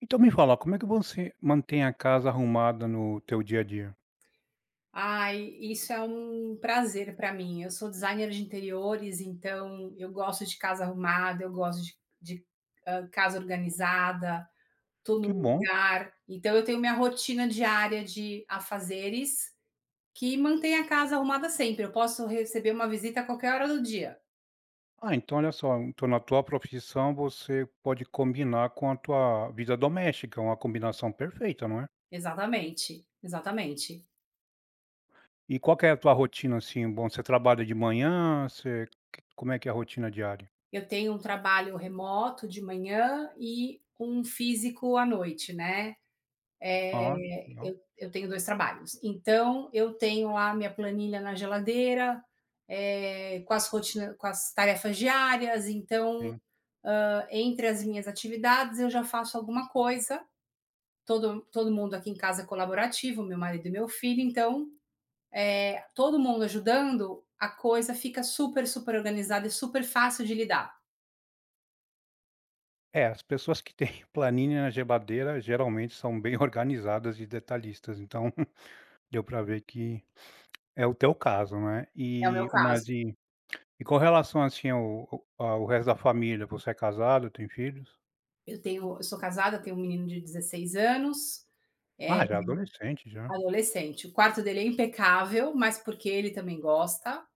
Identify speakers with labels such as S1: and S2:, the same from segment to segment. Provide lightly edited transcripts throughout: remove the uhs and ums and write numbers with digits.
S1: Então me fala, como é que você mantém a casa arrumada no teu dia a dia?
S2: Ai, isso é um prazer para mim. Eu sou designer de interiores, então eu gosto de casa arrumada, eu gosto de casa organizada, tudo
S1: Que
S2: no
S1: bom.
S2: lugar. Então eu tenho minha rotina diária de afazeres que mantém a casa arrumada sempre. Eu posso receber uma visita a qualquer hora do dia.
S1: Ah, então olha só, então na tua profissão você pode combinar com a tua vida doméstica, uma combinação perfeita, não é?
S2: Exatamente, exatamente.
S1: E qual que é a tua rotina assim? Bom, você trabalha de manhã, você como é que é a rotina diária?
S2: Eu tenho um trabalho remoto de manhã e um físico à noite, né.
S1: Ah, não,
S2: Eu tenho 2 trabalhos. Então, eu tenho lá minha planilha na geladeira, com as tarefas diárias, então,
S1: sim.
S2: entre as minhas atividades, eu já faço alguma coisa. Todo mundo aqui em casa é colaborativo, meu marido e meu filho, então, todo mundo ajudando, a coisa fica super, super organizada e super fácil de lidar.
S1: É, as pessoas que têm planilha na geladeira geralmente são bem organizadas e detalhistas, então deu para ver que é o teu caso, não é?
S2: É o meu
S1: E mas
S2: caso.
S1: e com relação, assim, ao resto da família, você é casado, tem filhos?
S2: Eu sou casada, tenho um menino de 16 anos, é,
S1: Ah, já é adolescente já.
S2: adolescente. O quarto dele é impecável, mas porque ele também gosta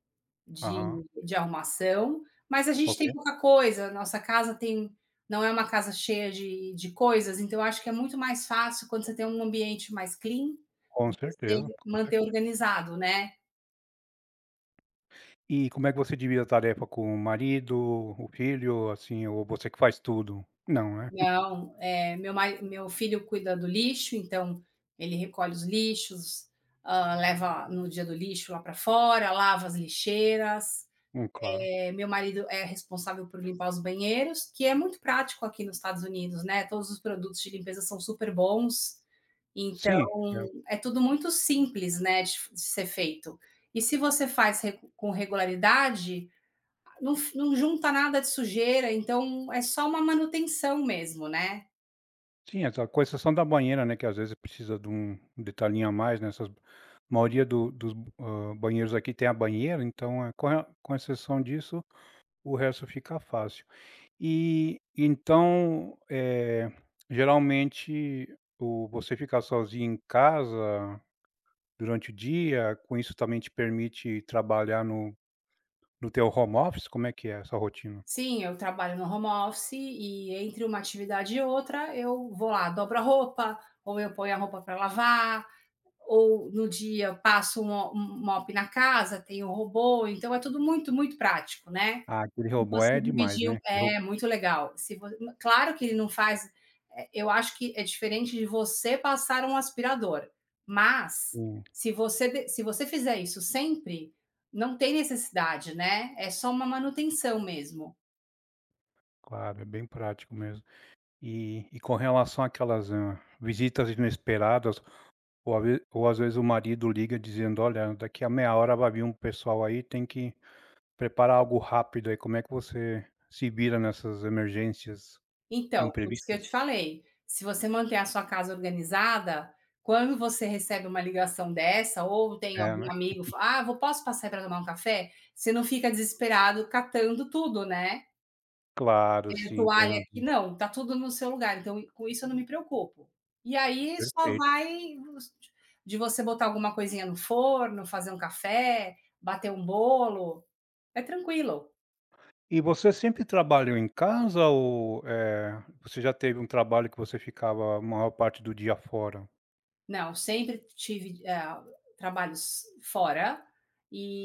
S2: de
S1: Aham.
S2: de arrumação, mas a gente
S1: Ok.
S2: tem pouca coisa, nossa casa tem não é uma casa cheia de coisas, então eu acho que é muito mais fácil quando você tem um ambiente mais clean,
S1: Com
S2: você
S1: certeza, com
S2: manter
S1: certeza.
S2: organizado, né.
S1: E como é que você divide a tarefa com o marido, o filho, assim, ou você que faz tudo? Não, né?
S2: Não, meu filho cuida do lixo, então ele recolhe os lixos, leva no dia do lixo lá para fora, lava as lixeiras.
S1: Claro.
S2: É, meu marido é responsável por limpar os banheiros, que é muito prático aqui nos Estados Unidos, né? Todos os produtos de limpeza são super bons, então
S1: Sim, é.
S2: é tudo muito simples, né, de ser feito. E se você faz com regularidade, não, não junta nada de sujeira, então é só uma manutenção mesmo, né?
S1: Sim, exa com exceção da banheira, né, que às vezes precisa de um detalhinho a mais nessas maioria do dos, banheiros aqui tem a banheira, então, com a com exceção disso, o resto fica fácil. E então, geralmente o você ficar sozinho em casa durante o dia, com isso também te permite trabalhar no no teu home office, como é que é essa rotina?
S2: Sim, eu trabalho no home office e entre uma atividade e outra eu vou lá, dobro a roupa, ou eu ponho a roupa para lavar, ou no dia passo um mop na casa, tem um robô, então é tudo muito, muito prático, né.
S1: Ah, aquele
S2: E
S1: robô
S2: você
S1: é demais,
S2: dividir um,
S1: né, aquele robô
S2: é, muito legal. Se vo Claro que ele não faz eu acho que é diferente de você passar um aspirador, mas
S1: sim,
S2: se você fizer isso sempre, não tem necessidade, né, é só uma manutenção mesmo.
S1: claro, é bem prático mesmo. E com relação àquelas, visitas inesperadas, ou a ve ou às vezes o marido liga dizendo: "Olha, daqui a meia hora vai vir um pessoal aí, tem que" Preparar algo rápido aí, como é que você se vira nessas emergências
S2: Então, por isso que eu
S1: imprevistas?
S2: te falei, se você manter a sua casa organizada, quando você recebe uma ligação dessa ou tem
S1: É, né.
S2: algum amigo: "Ah, vou posso passar para tomar um café?", você não fica desesperado catando tudo, né.
S1: Claro, sim, tem
S2: Toalha aqui
S1: razão,
S2: não, tá tudo no seu lugar, então com isso eu não me preocupo. E aí só
S1: perfeito.
S2: vai de você botar alguma coisinha no forno, fazer um café, bater um bolo, é tranquilo.
S1: E você sempre trabalhou em casa ou, você já teve um trabalho que você ficava a maior parte do dia fora?
S2: Não, sempre tive, trabalhos fora,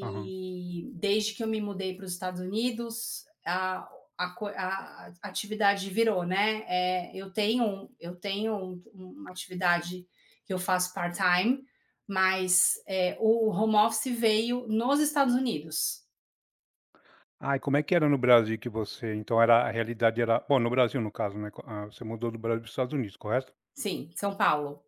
S1: Aham.
S2: desde que eu me mudei para os Estados Unidos, a atividade virou, né, eu tenho um uma atividade que eu faço part-time, mas, o home office veio nos Estados Unidos.
S1: Ah, e como é que era no Brasil que você então era a realidade era bom, no Brasil, no caso, né, co ah, você mudou do Brasil para os Estados Unidos, correto?
S2: Sim, São Paulo.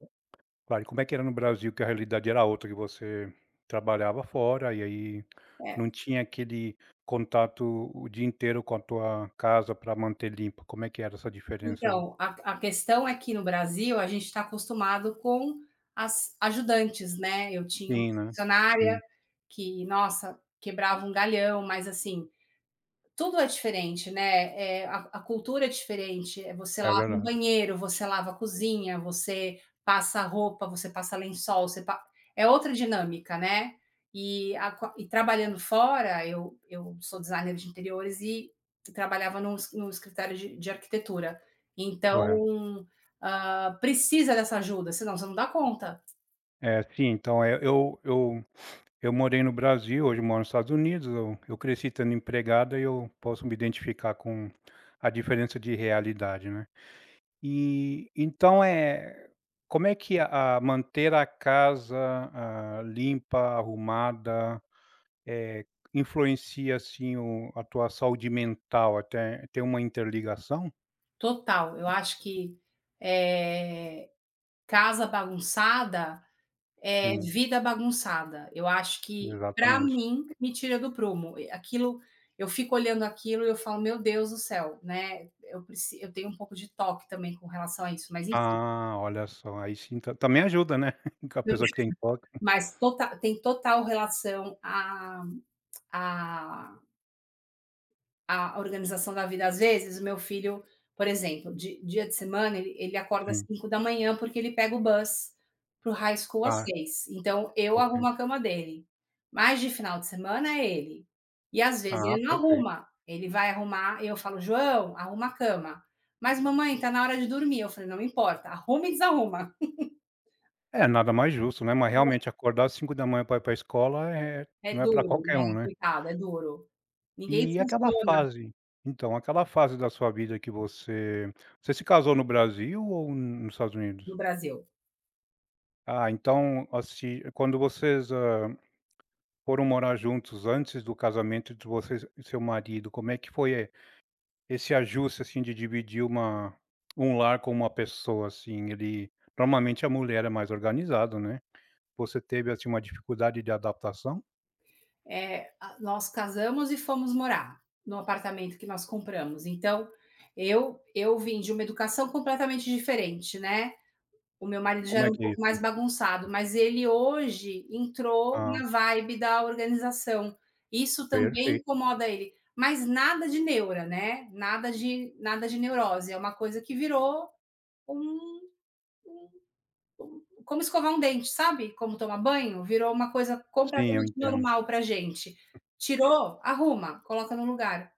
S1: Claro, e como é que era no Brasil, que a realidade era outra, que você trabalhava fora e aí
S2: É.
S1: não tinha aquele contato o dia inteiro com a tua casa para manter limpa. Como é que era essa diferença?
S2: Então, a questão é que no Brasil a gente está acostumado com as ajudantes, né, eu tinha uma
S1: Sim, né? Sim,
S2: funcionária que, nossa, quebrava um galhão, mas assim, tudo é diferente, né? É, a cultura é diferente. É, você
S1: é
S2: lava um
S1: verdade,
S2: banheiro, você lava a cozinha, você passa roupa, você passa lençol, é outra dinâmica, né? E, e trabalhando fora, eu sou designer de interiores e trabalhava num, num escritório de arquitetura.
S1: correto.
S2: Então, precisa dessa ajuda, senão você não dá conta.
S1: É, sim, então é, eu morei no Brasil, hoje eu moro nos Estados Unidos, eu cresci estando empregada e eu posso me identificar com a diferença de realidade, né? E então, é como é que a manter a casa, ah, limpa, arrumada, eh, influencia, assim, o a tua saúde mental até tem uma interligação?
S2: Total. Eu acho que eh, casa bagunçada é
S1: Sim,
S2: vida bagunçada. Eu acho que, pra
S1: exatamente.
S2: mim, me tira do prumo. E aquilo eu fico olhando aquilo e eu falo: "Meu Deus do céu", né, eu tenho um pouco de toque também com relação a isso, mas enfim.
S1: Ah, olha só, aí sim ta também ajuda, né, com a pessoa que tem toque,
S2: Mas tota tem total relação à à a organização da vida. Às vezes, o meu filho, por exemplo, de dia de semana, ele acorda às
S1: sim.
S2: 5 da manhã porque ele pega o bus para o high school às
S1: Ah,
S2: 6. Então, eu arrumo a
S1: ok.
S2: cama dele. Mas de final de semana é ele. E às vezes
S1: Ah,
S2: ele não
S1: perfeito.
S2: arruma, ele vai arrumar, eu falo: "João, arruma a cama". "Mas mamãe, tá na hora de dormir". Eu falei: "Não importa, arruma e desarruma".
S1: É, nada mais justo, né, mas realmente acordar às 5 da manhã para ir para a escola é
S2: É
S1: não é para
S2: duro, né,
S1: qualquer um, né.
S2: coitado, é duro. Ninguém
S1: E aquela
S2: funciona
S1: fase então, aquela fase da sua vida que você você se casou no Brasil ou nos Estados Unidos?
S2: no Brasil.
S1: Ah, então, assim, quando vocês, foram morar juntos antes do casamento de vocês e seu marido, como é que foi esse ajuste, assim, de dividir uma um lar com uma pessoa, assim? Ele normalmente a mulher é mais organizada, né. Você teve, assim, uma dificuldade de adaptação?
S2: É, a nós casamos e fomos morar no apartamento que nós compramos. Então, eu vim de uma educação completamente diferente, né. O meu marido já
S1: Como é
S2: era um
S1: que é
S2: pouco
S1: isso?
S2: mais bagunçado, mas ele hoje entrou
S1: Ah,
S2: na vibe da organização. Isso também
S1: perfeito.
S2: incomoda ele, mas nada de neura, né, nada de neurose, é uma coisa que virou um como escovar um dente, sabe? Como tomar banho, virou uma coisa
S1: Sim, eu
S2: completamente
S1: entendo.
S2: normal pra gente. Tirou, arruma, coloca no lugar.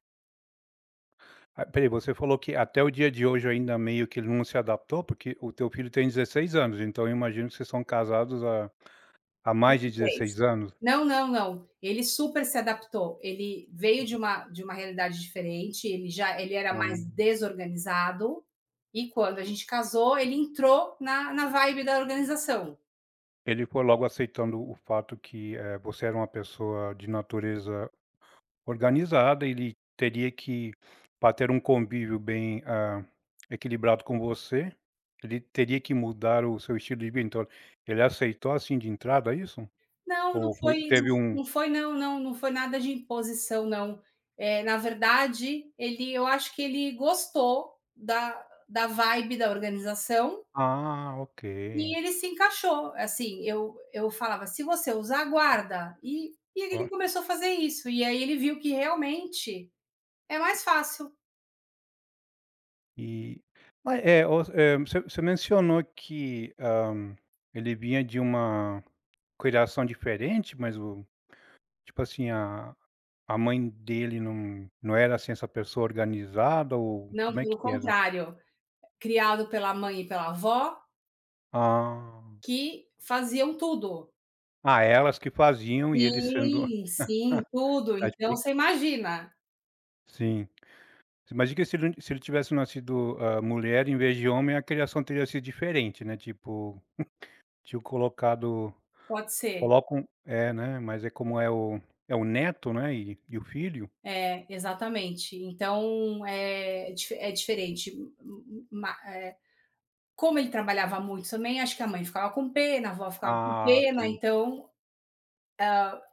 S1: Ah, espera você falou que até o dia de hoje ainda meio que ele não se adaptou, porque o teu filho tem 16 anos, então eu imagino que vocês são casados há mais de
S2: Inglês.
S1: 16 anos?
S2: Não, não, não. Ele super se adaptou. Ele veio de uma realidade diferente, ele era mais
S1: Ah,
S2: desorganizado, e quando a gente casou, ele entrou na vibe da organização.
S1: ele foi logo aceitando o fato que, você era uma pessoa de natureza organizada, ele teria que para ter um convívio bem, ah, equilibrado com você, ele teria que mudar o seu estilo de vida, então ele aceitou assim de entrada é isso?
S2: Não, não
S1: Ou foi
S2: foi não.
S1: teve um
S2: Não, não foi nada de imposição não. Na verdade, ele eu acho que ele gostou da vibe da organização
S1: ah, ok.
S2: e ele se encaixou. Assim, eu falava: "Se você usar, guarda". E ele começou a fazer isso, e aí ele viu que realmente é mais fácil.
S1: E mas é, o você você mencionou que, ele vinha de uma criação diferente, mas o tipo assim, a mãe dele não era, assim, essa pessoa organizada ou
S2: Não,
S1: como é
S2: pelo
S1: que era?
S2: contrário, criado pela mãe e pela avó,
S1: Ah.
S2: que faziam tudo.
S1: Ah, elas que faziam e ele sendo
S2: Sim, sim, tudo.
S1: tá
S2: Então
S1: expli
S2: você imagina,
S1: sim. Mas diga se ele se ele tivesse nascido, mulher em vez de homem, a criação teria sido diferente, né, tipo, tinham colocado
S2: pode ser.
S1: colocam é, né, mas é como é o é o neto, né, e o filho
S2: É, exatamente. Então, é é dif é diferente. Ma eh, Como ele trabalhava muito também, acho que a mãe ficava com pena, a avó ficava com
S1: ah,
S2: pena,
S1: tem
S2: então,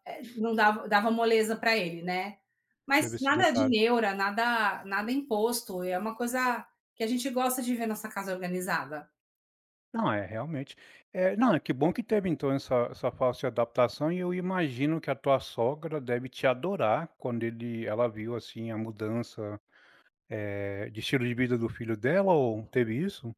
S2: não dava dava moleza para ele, né. Mas
S1: teve esse
S2: nada de
S1: detalhe.
S2: neura, nada imposto, é uma coisa que a gente gosta de ver nossa casa organizada.
S1: Não, é realmente. Não, é que bom que teve então essa essa fácil adaptação e eu imagino que a tua sogra deve te adorar quando ele ela viu, assim, a mudança, de estilo de vida do filho dela ou teve isso?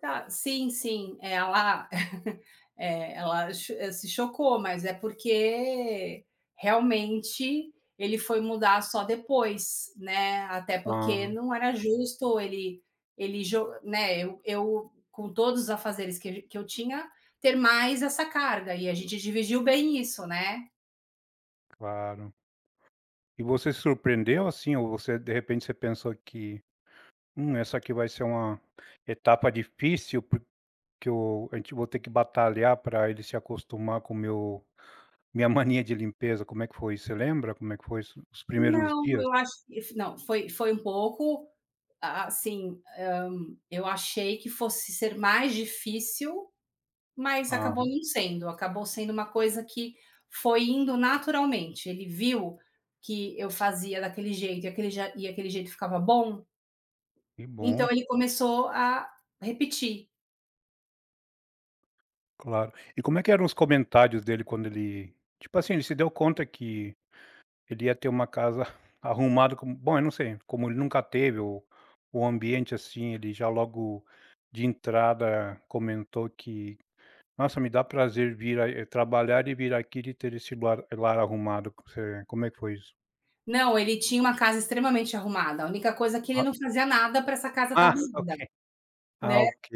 S2: Tá, sim, sim, se chocou, mas é porque realmente ele foi mudar só depois, né, até porque
S1: Ah,
S2: não era justo ele ele jo né, eu com todos os afazeres que eu tinha, ter mais essa carga e a gente dividiu bem isso, né.
S1: claro. E você se surpreendeu, assim, ou você de repente você pensou que: essa aqui vai ser uma etapa difícil por" Que eu a gente vou ter que batalhar para ele se acostumar com o meu minha mania de limpeza, como é que foi? Você lembra como é que foi isso os primeiros
S2: Não,
S1: dias?
S2: eu acho que não, foi um pouco, assim, eu achei que fosse ser mais difícil. Mas
S1: Ah
S2: acabou não sendo, acabou sendo uma coisa que foi indo naturalmente. Ele viu que eu fazia daquele jeito e aquele ja e aquele jeito ficava bom,
S1: que
S2: então
S1: bom,
S2: ele começou a repetir.
S1: claro. E como é que eram os comentários dele quando ele tipo assim, ele se deu conta que ele ia ter uma casa arrumada como bom, eu não sei, como ele nunca teve o ambiente, assim, ele já logo de entrada comentou que: "Nossa, me dá prazer vir a trabalhar e vir aqui de ter esse lar lar arrumado", você como é que foi isso?
S2: Não, ele tinha uma casa extremamente arrumada, a única coisa é que ele não fazia nada para essa casa estar
S1: Ah, ok.
S2: arrumada, né.
S1: Ah, ok.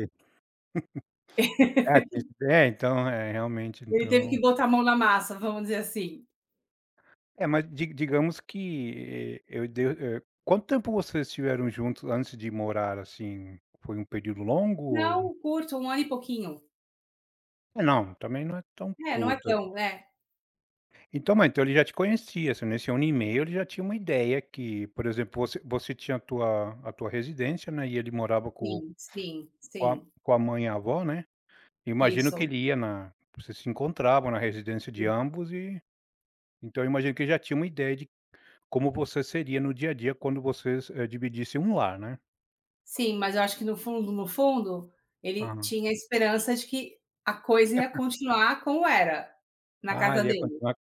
S1: É, tem esse é, então, é, realmente,
S2: Ele teve
S1: então
S2: que botar a mão na massa, vamos dizer assim.
S1: é, mas di digamos que, eu deu quanto tempo vocês estiveram juntos antes de morar, assim? Foi um período longo ou
S2: Não, curto, um ano e pouquinho.
S1: é, não, também não é tão
S2: É, não é
S1: curto.
S2: tão, né?
S1: Então, mas então ele já te conhecia, assim, nesse ano e meio ele já tinha uma ideia que, por exemplo, você tinha a tua residência, né, e ele morava
S2: Sim, sim, sim,
S1: com a mãe e a avó, né. Imagino que
S2: isso.
S1: ele ia na vocês se encontravam na residência de ambos e então eu imagino que já tinha uma ideia de como você seria no dia a dia quando vocês, dividissem um lar, né.
S2: Sim, mas eu acho que no fundo, no fundo, ele
S1: Aham.
S2: tinha a esperança de que a coisa ia continuar como era, na
S1: Ah,
S2: casa
S1: ele
S2: dele.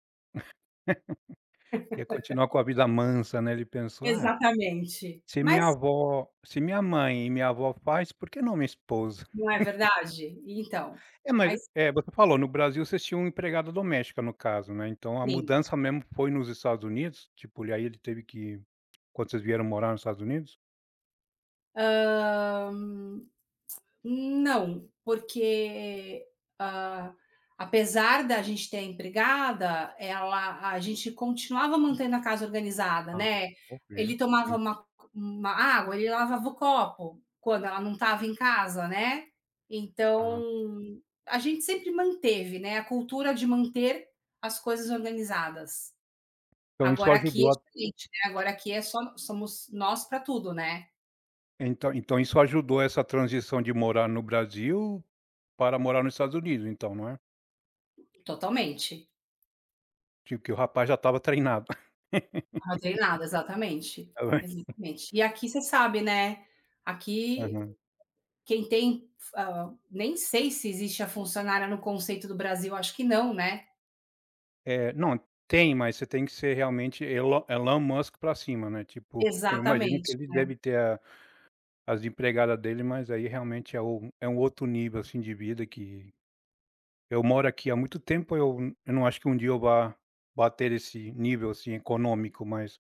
S1: ia continuar com a vida mansa, né, ele pensou: "Ah,
S2: Exatamente.
S1: se
S2: Mas
S1: minha avó se minha mãe e minha avó faz, por que não minha esposa?".
S2: não é verdade? Então,
S1: É, mas
S2: mas
S1: é, você falou, no Brasil vocês tinham uma empregada doméstica, no caso, né, então a
S2: sim.
S1: mudança mesmo foi nos Estados Unidos? Tipo, e aí ele teve que quando vocês vieram morar nos Estados Unidos?
S2: Hã Não, porque, hã, apesar da gente ter a empregada, ela a gente continuava mantendo a casa organizada,
S1: Ah,
S2: né.
S1: ok,
S2: Ele tomava
S1: sim.
S2: uma água, ele lavava o copo, quando ela não estava em casa, né.
S1: Ah,
S2: Então, a gente sempre manteve, né, a cultura de manter as coisas organizadas.
S1: então isso
S2: Agora aqui
S1: ajudou
S2: é
S1: a
S2: diferente, né, agora aqui é só somos nós para tudo, né.
S1: então então isso ajudou essa transição de morar no Brasil para morar nos Estados Unidos então, não é?
S2: Totalmente.
S1: Tipo que o rapaz já estava treinado.
S2: Estava treinada, exatamente,
S1: Tá bem?
S2: exatamente. E aqui você sabe, né, aqui
S1: Aham.
S2: quem tem nem sei se existe a funcionária no conceito do Brasil, acho que não, né.
S1: É, não, tem, mas você tem que ser realmente Elon Musk para cima, né, tipo, eu imagino que
S2: Exatamente.
S1: ele deve ter a as empregadas dele, mas aí realmente é o é um outro nível, assim, de vida que eu moro aqui há muito tempo, eu n- eu não acho que um dia eu vá bater esse nível, assim, econômico, mas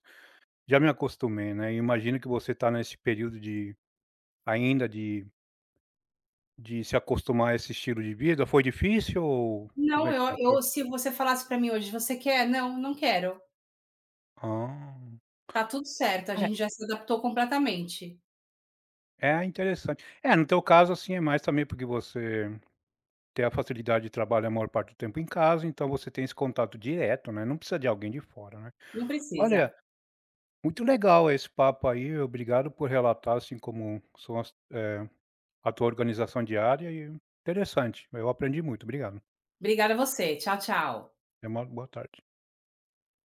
S1: já me acostumei, né, e imagino que você está nesse período de ainda de se acostumar a esse estilo de vida, foi difícil ou como
S2: Não,
S1: é que foi?
S2: eu se você falasse para mim hoje: "Você quer?", "Não, não quero".
S1: Ah,
S2: Tá tudo certo, a
S1: é.
S2: gente já se adaptou completamente.
S1: É interessante. É, no teu caso, assim, é mais também porque você tem a facilidade de trabalhar a maior parte do tempo em casa, então você tem esse contato direto, né, não precisa de alguém de fora, né.
S2: Não precisa.
S1: Olha, muito legal esse papo aí, obrigado por relatar, assim, como são as a tua organização diária e interessante, eu aprendi muito, obrigado.
S2: Obrigada a você. Tchau, tchau.
S1: Tenha uma boa tarde.